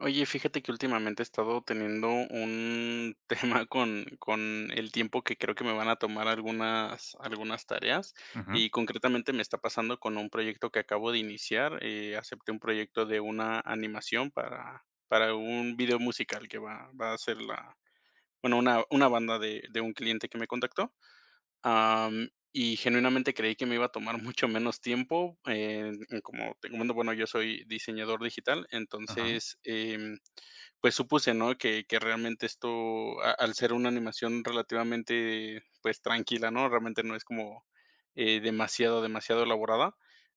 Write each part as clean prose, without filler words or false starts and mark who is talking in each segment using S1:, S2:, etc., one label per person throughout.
S1: Oye, fíjate que últimamente he estado teniendo un tema con el tiempo que creo que me van a tomar algunas tareas
S2: Ujú,
S1: y concretamente me está pasando con un proyecto que acabo de iniciar. Acepté un proyecto de una animación para un video musical que va a ser una banda de un cliente que me contactó. Am, y genuinamente creí que me iba a tomar mucho menos tiempo. Como te comento, bueno, yo soy diseñador digital,
S2: ujú.
S1: entonces, pues supuse, ¿no? Que realmente esto, a al ser una animación relativamente, pues, tranquila, ¿no? Realmente no es como, demasiado elaborada.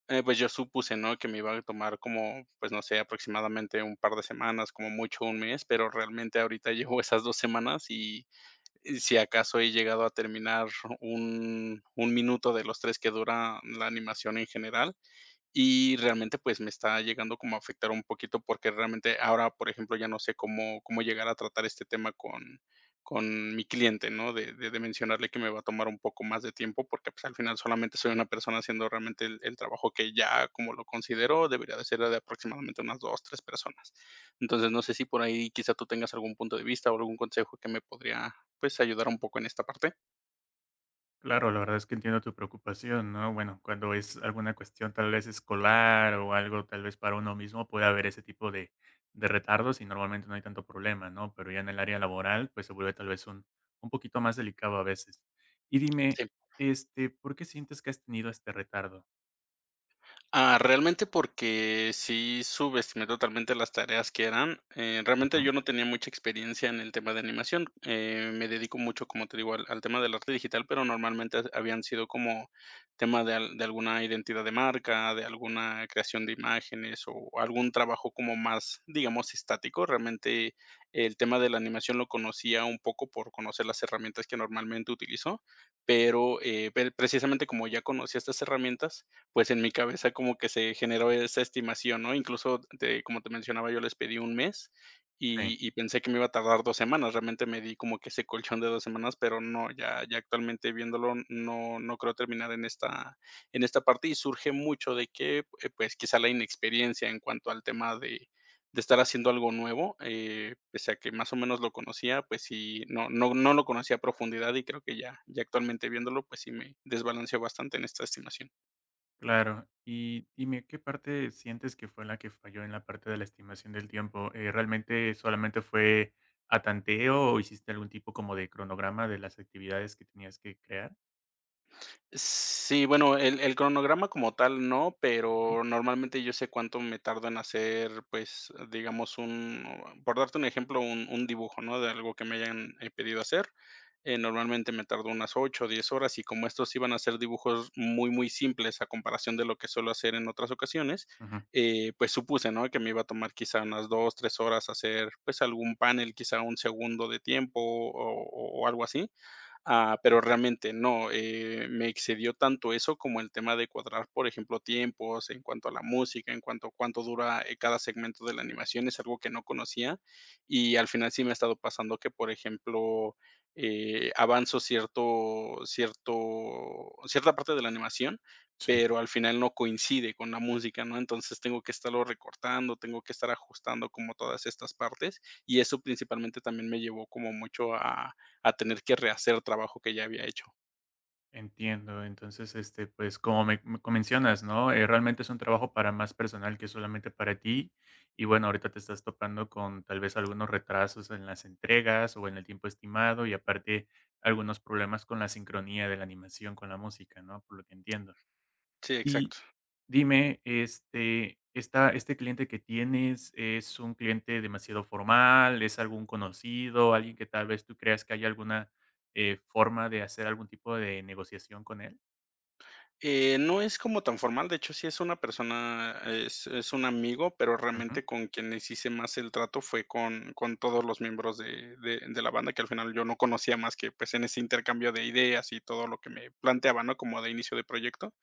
S1: Pues, yo supuse, ¿no? Que me iba a tomar como, pues, no sé, aproximadamente un par de semanas, como mucho un mes, pero realmente ahorita llevo esas 2 semanas y si acaso he llegado a terminar un minuto de los 3 que dura la animación en general. Y realmente, pues, me está llegando como a afectar un poquito, porque realmente ahora, por ejemplo, ya no sé cómo llegar a tratar este tema con mi cliente, ¿no? De mencionarle que me va a tomar un poco más de tiempo, porque, pues, al final solamente soy una persona haciendo realmente el trabajo que ya, como lo considero, debería de ser de aproximadamente unas 2 3 personas. Entonces, no sé si por ahí quizá tú tengas algún punto de vista o algún consejo que me podría, pues, ayudar un poco en esta parte.
S2: Claro, la verdad es que entiendo tu preocupación, ¿no? Bueno, cuando es alguna cuestión tal vez escolar o algo tal vez para uno mismo, puede haber ese tipo de retardos y normalmente no hay tanto problema, ¿no? Pero ya en el área laboral, pues se vuelve tal vez un poquito más delicado a veces. Y dime,
S1: Sí.
S2: este, ¿por qué sientes que has tenido este retardo?
S1: Realmente porque sí subestimé totalmente las tareas que eran. Realmente
S2: Ujú.
S1: yo no tenía mucha experiencia en el tema de animación. Me dedico mucho, como te digo, al tema del arte digital, pero normalmente habían sido como tema de, de alguna identidad de marca, de alguna creación de imágenes o algún trabajo como más, digamos, estático. Realmente el tema de la animación lo conocía un poco por conocer las herramientas que normalmente utilizo, pero precisamente como ya conocía estas herramientas pues en mi cabeza como que se generó esa estimación, ¿no? Incluso, te como te mencionaba, yo les pedí un mes
S2: Sí.
S1: y pensé que me iba a tardar 2 semanas. Realmente me di como que ese colchón de 2 semanas, pero no, ya actualmente viéndolo, no creo terminar en esta parte y surge mucho de que, pues, quizá la inexperiencia en cuanto al tema de estar haciendo algo nuevo, pese a que más o menos lo conocía, pues sí, no lo conocía a profundidad y creo que ya actualmente viéndolo, pues sí me desbalanceó bastante en esta estimación.
S2: Claro. Y dime, ¿qué parte sientes que fue la que falló en la parte de la estimación del tiempo? ¿Realmente solamente fue a tanteo o hiciste algún tipo como de cronograma de las actividades que tenías que crear?
S1: Sí, bueno, el cronograma como tal no, pero normalmente yo sé cuánto me tardo en hacer, pues, digamos, un por darte un ejemplo, un dibujo, ¿no? De algo que me hayan, pedido hacer. Normalmente me tardo unas 8 o 10 horas, y como estos iban a ser dibujos muy, muy simples a comparación de lo que suelo hacer en otras ocasiones,
S2: Ujú.
S1: pues supuse, ¿no? Que me iba a tomar quizá unas 2, 3 horas hacer, pues, algún panel, quizá un segundo de tiempo o algo así. Ah, pero realmente no, me excedió tanto eso como el tema de cuadrar, por ejemplo, tiempos en cuanto a la música, en cuanto a cuánto dura cada segmento de la animación. Es algo que no conocía y al final sí me ha estado pasando que, por ejemplo, avanzo cierta parte de la animación,
S2: Sí.
S1: pero al final no coincide con la música, ¿no? Entonces tengo que estarlo recortando, tengo que estar ajustando como todas estas partes y eso principalmente también me llevó como mucho a tener que rehacer trabajo que ya había hecho.
S2: Entiendo. Entonces, este, pues, como mencionas, ¿no? Realmente es un trabajo para más personal que solamente para ti. Y bueno, ahorita te estás topando con tal vez algunos retrasos en las entregas o en el tiempo estimado y aparte algunos problemas con la sincronía de la animación con la música, ¿no? Por lo que entiendo.
S1: Sí,
S2: Y
S1: exacto.
S2: dime, este, esta este cliente que tienes, ¿es un cliente demasiado formal? ¿Es algún conocido? ¿Alguien que tal vez tú creas que haya alguna, forma de hacer algún tipo de negociación con él?
S1: No es como tan formal, de hecho sí es una persona, es un amigo, pero realmente con quienes hice más el trato fue con todos los miembros de, de la banda, que al final yo no conocía más que pues en ese intercambio de ideas y todo lo que me planteaban, ¿no? Como de inicio de proyecto.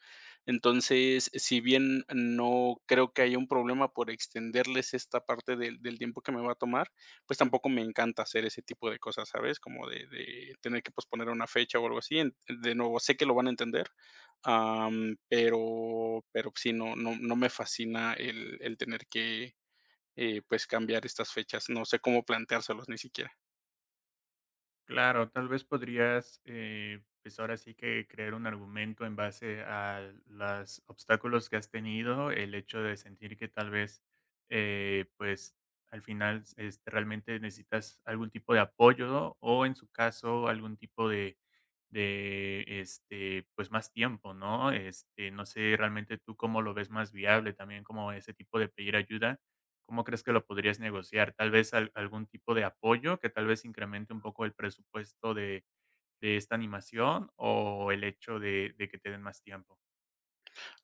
S1: Entonces, si bien no creo que haya un problema por extenderles esta parte del tiempo que me va a tomar, pues tampoco me encanta hacer ese tipo de cosas, ¿sabes? Como de tener que posponer una fecha o algo así. En de nuevo, sé que lo van a entender, pero sí, no me fascina el tener que, pues, cambiar estas fechas. No sé cómo planteárselos ni siquiera.
S2: Claro, tal vez podrías, pues ahora sí que crear un argumento en base a los obstáculos que has tenido, el hecho de sentir que tal vez, pues al final este, realmente necesitas algún tipo de apoyo o en su caso algún tipo de este, pues más tiempo, ¿no? Este, no sé realmente tú cómo lo ves más viable también como ese tipo de pedir ayuda. ¿Cómo crees que lo podrías negociar? Tal vez al algún tipo de apoyo que tal vez incremente un poco el presupuesto de esta animación o el hecho de que te den más tiempo.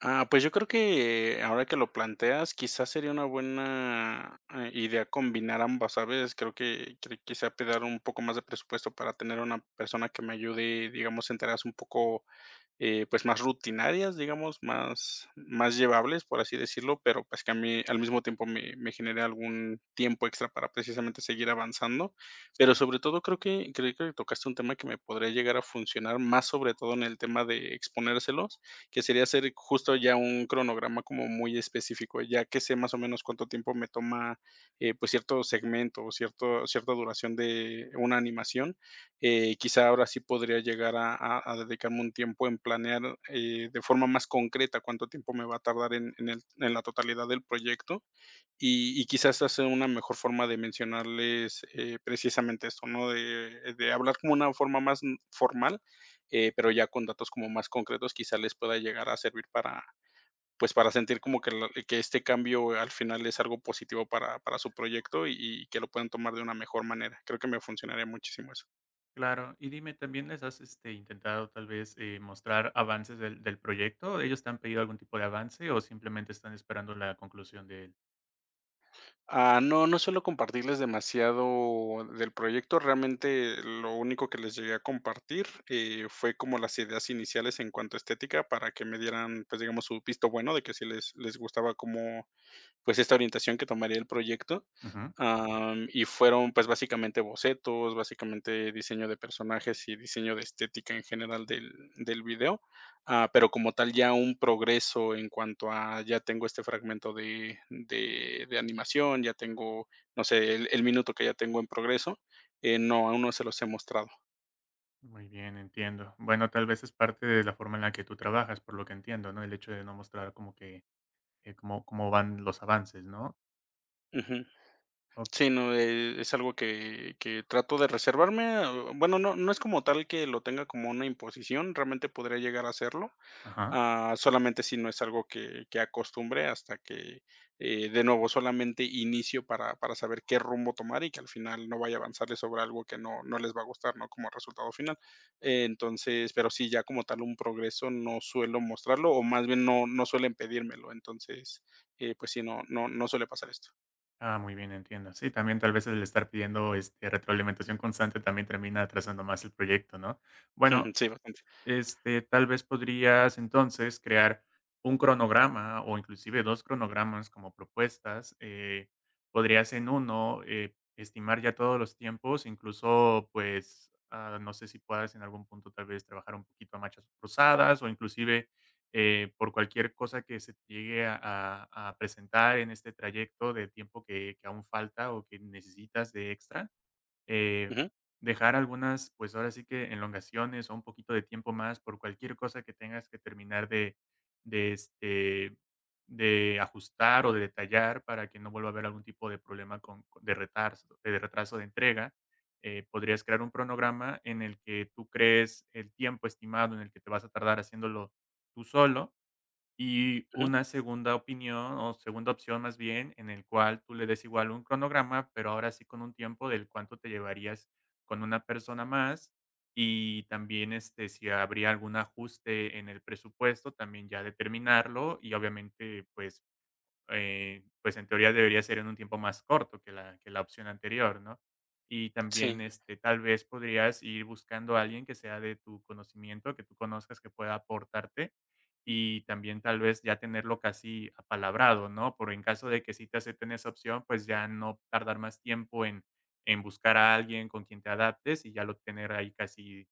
S1: Pues yo creo que ahora que lo planteas, quizás sería una buena, idea combinar ambas, ¿sabes? Creo que quizá pedir un poco más de presupuesto para tener una persona que me ayude, digamos, a enterarse un poco pues, más rutinarias, digamos, más llevables, por así decirlo, pero, pues, que a mí al mismo tiempo me genere algún tiempo extra para precisamente seguir avanzando. Pero
S2: Sí.
S1: sobre todo creo que tocaste un tema que me podría llegar a funcionar más, sobre todo en el tema de exponérselos, que sería hacer justo ya un cronograma como muy específico, ya que sé más o menos cuánto tiempo me toma, pues, cierto segmento o cierto cierta duración de una animación. Quizá ahora sí podría llegar a dedicarme un tiempo en planear, de forma más concreta cuánto tiempo me va a tardar en la totalidad del proyecto, y quizás esa sea una mejor forma de mencionarles, precisamente esto, ¿no? De hablar como una forma más, formal, pero ya con datos como más concretos, quizá les pueda llegar a servir para, pues, para sentir como que la que este cambio al final es algo positivo para su proyecto y que lo puedan tomar de una mejor manera. Creo que me funcionaría muchísimo eso.
S2: Claro, y dime, ¿también les has, este, intentado tal vez, mostrar avances del proyecto? ¿Ellos te han pedido algún tipo de avance o simplemente están esperando la conclusión de él?
S1: No, no suelo compartirles demasiado del proyecto. Realmente lo único que les llegué a compartir, fue como las ideas iniciales en cuanto a estética para que me dieran, pues, digamos, su visto bueno de que sí les gustaba cómo pues, esta orientación que tomaría el proyecto.
S2: Ujú.
S1: Y fueron, pues, básicamente bocetos, básicamente diseño de personajes y diseño de estética en general del video, pero como tal ya un progreso en cuanto a ya tengo este fragmento de animación, ya tengo, no sé, el minuto que ya tengo en progreso. No, aún no se los he mostrado.
S2: Muy bien, entiendo. Bueno, tal vez es parte de la forma en la que tú trabajas, por lo que entiendo, ¿no? El hecho de no mostrar como que, cómo van los avances, ¿no?
S1: Ujú. Sí,
S2: Okey.
S1: no, es algo que trato de reservarme. Bueno, no es como tal que lo tenga como una imposición, realmente podría llegar a hacerlo,
S2: Ajá.
S1: solamente si no es algo que acostumbre hasta que, de nuevo, solamente inicio para saber qué rumbo tomar y que al final no vaya a avanzarles sobre algo que no les va a gustar, ¿no?, como resultado final. Entonces, pero sí, ya como tal un progreso no suelo mostrarlo, o más bien no suelen pedírmelo, entonces, pues sí, no suele pasar esto.
S2: Ah, muy bien, entiendo. Sí, también tal vez el estar pidiendo este, retroalimentación constante también termina atrasando más el proyecto, ¿no? Bueno,
S1: Sí, bastante.
S2: este, tal vez podrías entonces crear un cronograma o inclusive dos cronogramas como propuestas. Eh, podrías en uno estimar ya todos los tiempos, incluso pues ah, no sé si puedas en algún punto tal vez trabajar un poquito a marchas cruzadas o inclusive por cualquier cosa que se te llegue a presentar en este trayecto de tiempo que aún falta o que necesitas de extra eh,
S1: Ujú.
S2: dejar algunas, pues ahora sí que enlongaciones o un poquito de tiempo más por cualquier cosa que tengas que terminar este, de ajustar o de detallar para que no vuelva a haber algún tipo de problema de retraso de entrega. Podrías crear un cronograma en el que tú crees el tiempo estimado en el que te vas a tardar haciéndolo tú solo y
S1: Ujú.
S2: una segunda opinión, o segunda opción más bien, en el cual tú le des igual un cronograma, pero ahora sí con un tiempo del cuánto te llevarías con una persona más. Y también, este, si habría algún ajuste en el presupuesto, también ya determinarlo y obviamente, pues pues en teoría debería ser en un tiempo más corto que que la opción anterior, ¿no? Y
S1: Sí,
S2: también este, tal vez podrías ir buscando a alguien que sea de tu conocimiento, que tú conozcas que pueda aportarte y también tal vez ya tenerlo casi apalabrado, ¿no? Por en caso de que sí te acepten esa opción, pues ya no tardar más tiempo en buscar a alguien con quien te adaptes y ya lo tener ahí casi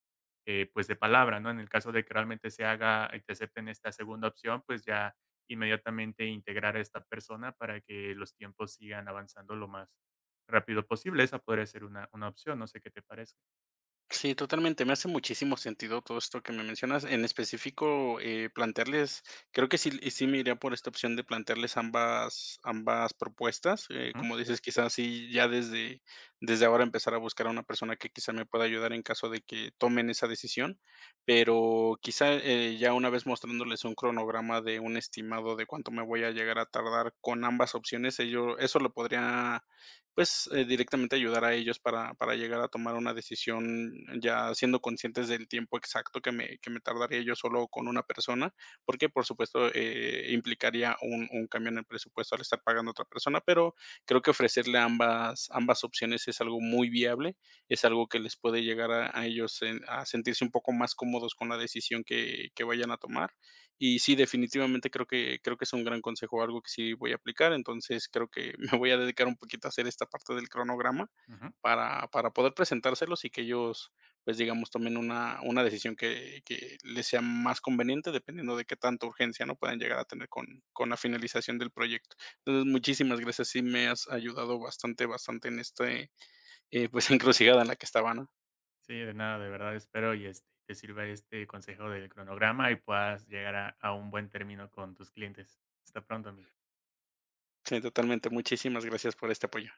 S2: pues de palabra, ¿no? En el caso de que realmente se haga y te acepten esta segunda opción, pues ya inmediatamente integrar a esta persona para que los tiempos sigan avanzando lo más rápido posible. Esa podría ser una opción, no sé qué te parece.
S1: sí, totalmente. Me hace muchísimo sentido todo esto que me mencionas. En específico, plantearles, creo que sí, y sí me iría por esta opción de plantearles ambas propuestas.
S2: Ujú,
S1: Como dices, quizás sí, desde ahora empezar a buscar a una persona que quizá me pueda ayudar en caso de que tomen esa decisión. Pero quizá ya una vez mostrándoles un cronograma de un estimado de cuánto me voy a llegar a tardar con ambas opciones, eso lo podría pues, directamente ayudar a ellos para llegar a tomar una decisión ya siendo conscientes del tiempo exacto que me tardaría yo solo con una persona, porque, por supuesto, implicaría un cambio en el presupuesto al estar pagando a otra persona, pero creo que ofrecerle ambas opciones es algo muy viable, es algo que les puede llegar a ellos en a sentirse un poco más cómodos con la decisión que vayan a tomar. Y sí, definitivamente creo que es un gran consejo, algo que sí voy a aplicar. Entonces, creo que me voy a dedicar un poquito a hacer esta parte del cronograma
S2: ujú.
S1: para poder presentárselos y que ellos, pues, digamos, tomen una decisión que les sea más conveniente, dependiendo de qué tanta urgencia, ¿no?, puedan llegar a tener con la finalización del proyecto. Entonces, muchísimas gracias, sí me has ayudado bastante en este, pues, encrucijada en la que estaba, ¿no?
S2: Sí, de nada, de verdad espero y este, te sirva este consejo del cronograma y puedas llegar a un buen término con tus clientes. Hasta pronto, amigo.
S1: Sí, totalmente. Muchísimas gracias por este apoyo.